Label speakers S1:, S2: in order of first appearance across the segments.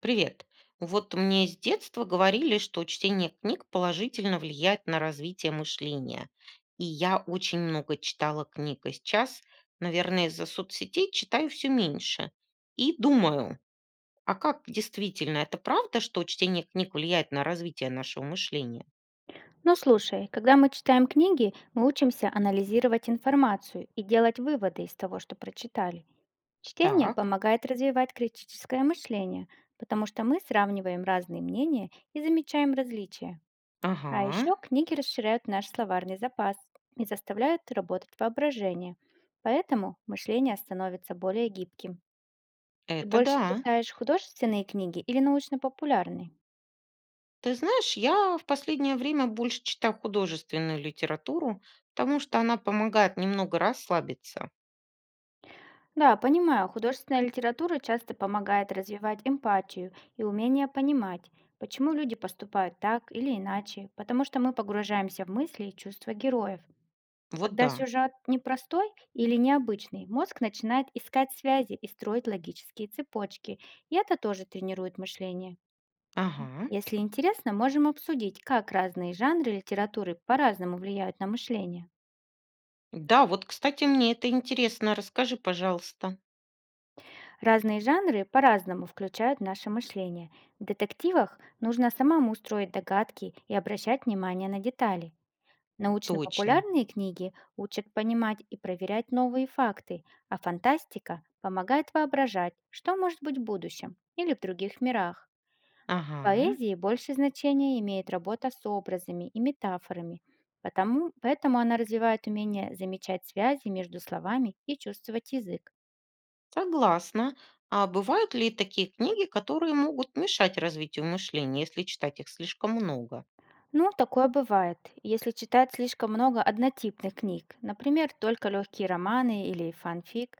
S1: Привет. Вот мне с детства говорили, что чтение книг положительно влияет на развитие мышления. И я очень много читала книг. И сейчас, наверное, из-за соцсетей читаю все меньше. И думаю, а как действительно, это правда, что чтение книг влияет на развитие нашего мышления?
S2: Ну слушай, когда мы читаем книги, мы учимся анализировать информацию и делать выводы из того, что прочитали. Чтение
S1: Так,
S2: помогает развивать критическое мышление, потому что мы сравниваем разные мнения и замечаем различия. А
S1: ага,
S2: еще книги расширяют наш словарный запас и заставляют работать воображение. Поэтому мышление становится более гибким. Ты
S1: это
S2: больше
S1: да.
S2: читаешь художественные книги или научно-популярные?
S1: Ты знаешь, я в последнее время больше читаю художественную литературу, потому что она помогает немного расслабиться.
S2: Да, понимаю, художественная литература часто помогает развивать эмпатию и умение понимать, почему люди поступают так или иначе, потому что мы погружаемся в мысли и чувства героев.
S1: Вот
S2: Когда
S1: да.
S2: сюжет непростой или необычный, мозг начинает искать связи и строить логические цепочки, и это тоже тренирует мышление.
S1: Ага.
S2: Если интересно, можем обсудить, как разные жанры литературы по-разному влияют на мышление.
S1: Да, вот, кстати, мне это интересно. Расскажи, пожалуйста.
S2: Разные жанры по-разному включают наше мышление. В детективах нужно самому строить догадки и обращать внимание на детали.
S1: Точно.
S2: Научно-популярные книги учат понимать и проверять новые факты, а фантастика помогает воображать, что может быть в будущем или в других мирах. В
S1: Ага.
S2: поэзии больше значения имеет работа с образами и метафорами, поэтому она развивает умение замечать связи между словами и чувствовать язык.
S1: Согласна. А бывают ли такие книги, которые могут мешать развитию мышления, если читать их слишком много?
S2: Ну, такое бывает, если читать слишком много однотипных книг, например, только легкие романы или фанфик,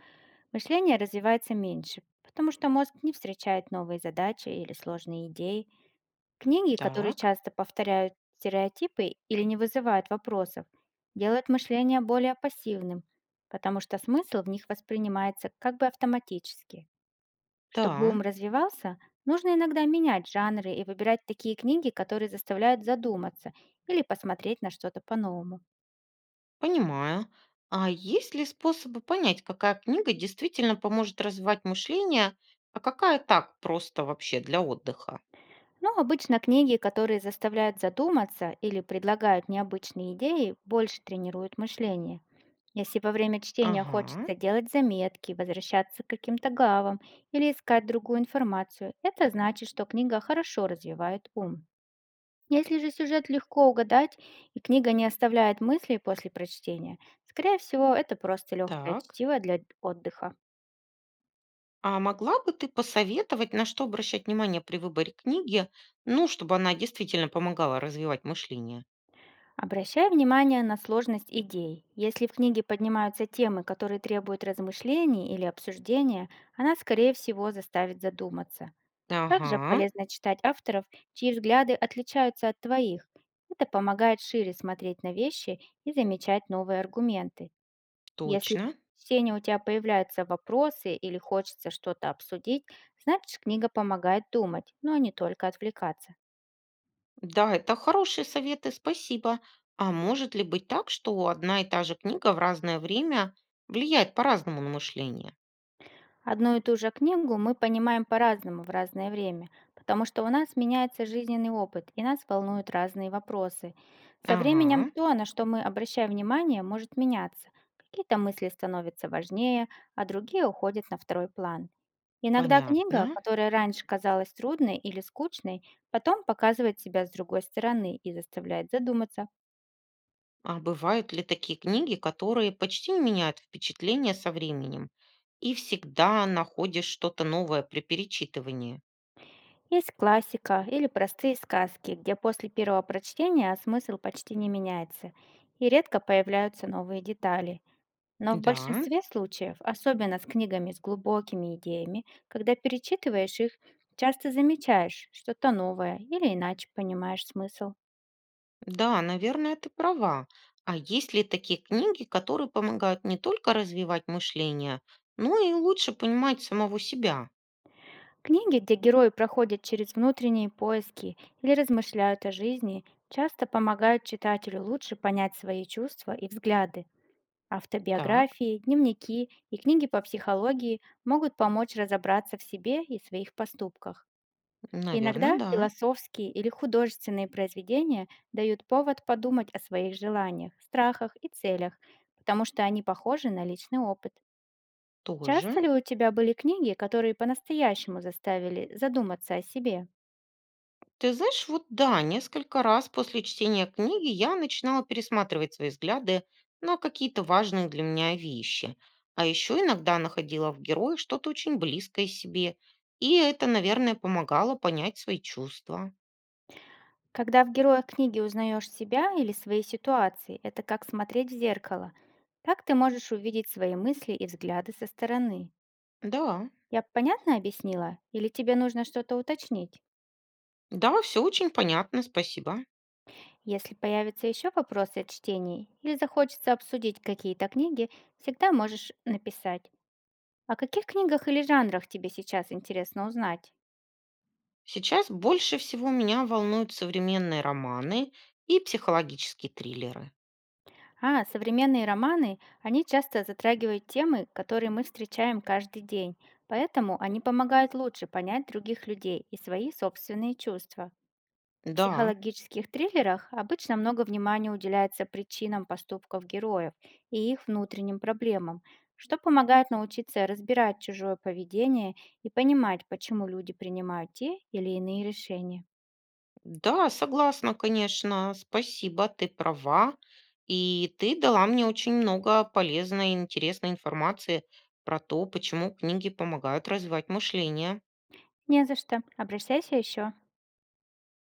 S2: мышление развивается меньше, потому что мозг не встречает новые задачи или сложные идеи. Книги, которые
S1: Так.
S2: часто повторяют стереотипы или не вызывают вопросов, делают мышление более пассивным, потому что смысл в них воспринимается как бы автоматически.
S1: Да,
S2: Чтобы ум развивался, нужно иногда менять жанры и выбирать такие книги, которые заставляют задуматься или посмотреть на что-то по-новому.
S1: понимаю. А есть ли способы понять, какая книга действительно поможет развивать мышление, а какая так просто вообще для отдыха?
S2: Но обычно книги, которые заставляют задуматься или предлагают необычные идеи, больше тренируют мышление. Если во время чтения
S1: Ага.
S2: хочется делать заметки, возвращаться к каким-то главам или искать другую информацию, это значит, что книга хорошо развивает ум. Если же сюжет легко угадать и книга не оставляет мыслей после прочтения, скорее всего, это просто легкое
S1: Так.
S2: чтиво для отдыха.
S1: А могла бы ты посоветовать, на что обращать внимание при выборе книги, ну, чтобы она действительно помогала развивать мышление?
S2: Обращай внимание на сложность идей. Если в книге поднимаются темы, которые требуют размышлений или обсуждения, она, скорее всего, заставит задуматься. Также
S1: Ага,
S2: полезно читать авторов, чьи взгляды отличаются от твоих. Это помогает шире смотреть на вещи и замечать новые аргументы. Если
S1: точно.
S2: в чтении у тебя появляются вопросы или хочется что-то обсудить, значит книга помогает думать, но не только отвлекаться.
S1: Да, это хорошие советы, спасибо. А может ли быть так, что одна и та же книга в разное время влияет по-разному на мышление?
S2: Одну и ту же книгу мы понимаем по-разному в разное время, потому что у нас меняется жизненный опыт и нас волнуют разные вопросы. Со временем
S1: Ага,
S2: то, на что мы обращаем внимание, может меняться. Какие-то мысли становятся важнее, а другие уходят на второй план. Иногда книга,
S1: понятно.
S2: которая раньше казалась трудной или скучной, потом показывает себя с другой стороны и заставляет задуматься.
S1: А бывают ли такие книги, которые почти не меняют впечатление со временем и всегда находишь что-то новое при перечитывании?
S2: Есть классика или простые сказки, где после первого прочтения смысл почти не меняется и редко появляются новые детали. Но в
S1: Да.
S2: большинстве случаев, особенно с книгами с глубокими идеями, когда перечитываешь их, часто замечаешь что-то новое или иначе понимаешь смысл.
S1: Да, наверное, ты права. А есть ли такие книги, которые помогают не только развивать мышление, но и лучше понимать самого себя?
S2: Книги, где герои проходят через внутренние поиски или размышляют о жизни, часто помогают читателю лучше понять свои чувства и взгляды.
S1: Так,
S2: Автобиографии, дневники и книги по психологии могут помочь разобраться в себе и своих поступках.
S1: наверное,
S2: Иногда
S1: да,
S2: философские или художественные произведения дают повод подумать о своих желаниях, страхах и целях, потому что они похожи на личный опыт. Часто
S1: тоже.
S2: ли у тебя были книги, которые по-настоящему заставили задуматься о себе?
S1: Ты знаешь, вот да, несколько раз после чтения книги я начинала пересматривать свои взгляды на какие-то важные для меня вещи. А еще иногда находила в герое что-то очень близкое себе. И это, наверное, помогало понять свои чувства.
S2: Когда в героях книги узнаешь себя или свои ситуации, это как смотреть в зеркало. Так ты можешь увидеть свои мысли и взгляды со стороны.
S1: Да,
S2: Я понятно объяснила? Или тебе нужно что-то уточнить?
S1: да, все очень понятно, спасибо.
S2: Если появятся еще вопросы от чтений, или захочется обсудить какие-то книги, всегда можешь написать. О каких книгах или жанрах тебе сейчас интересно узнать?
S1: Сейчас больше всего меня волнуют современные романы и психологические триллеры.
S2: А, современные романы, они часто затрагивают темы, которые мы встречаем каждый день, поэтому они помогают лучше понять других людей и свои собственные чувства. В
S1: Да,
S2: психологических триллерах обычно много внимания уделяется причинам поступков героев и их внутренним проблемам, что помогает научиться разбирать чужое поведение и понимать, почему люди принимают те или иные решения.
S1: да, согласна, конечно. Спасибо, ты права. И ты дала мне очень много полезной и интересной информации про то, почему книги помогают развивать мышление.
S2: Не за что. Обращайся еще.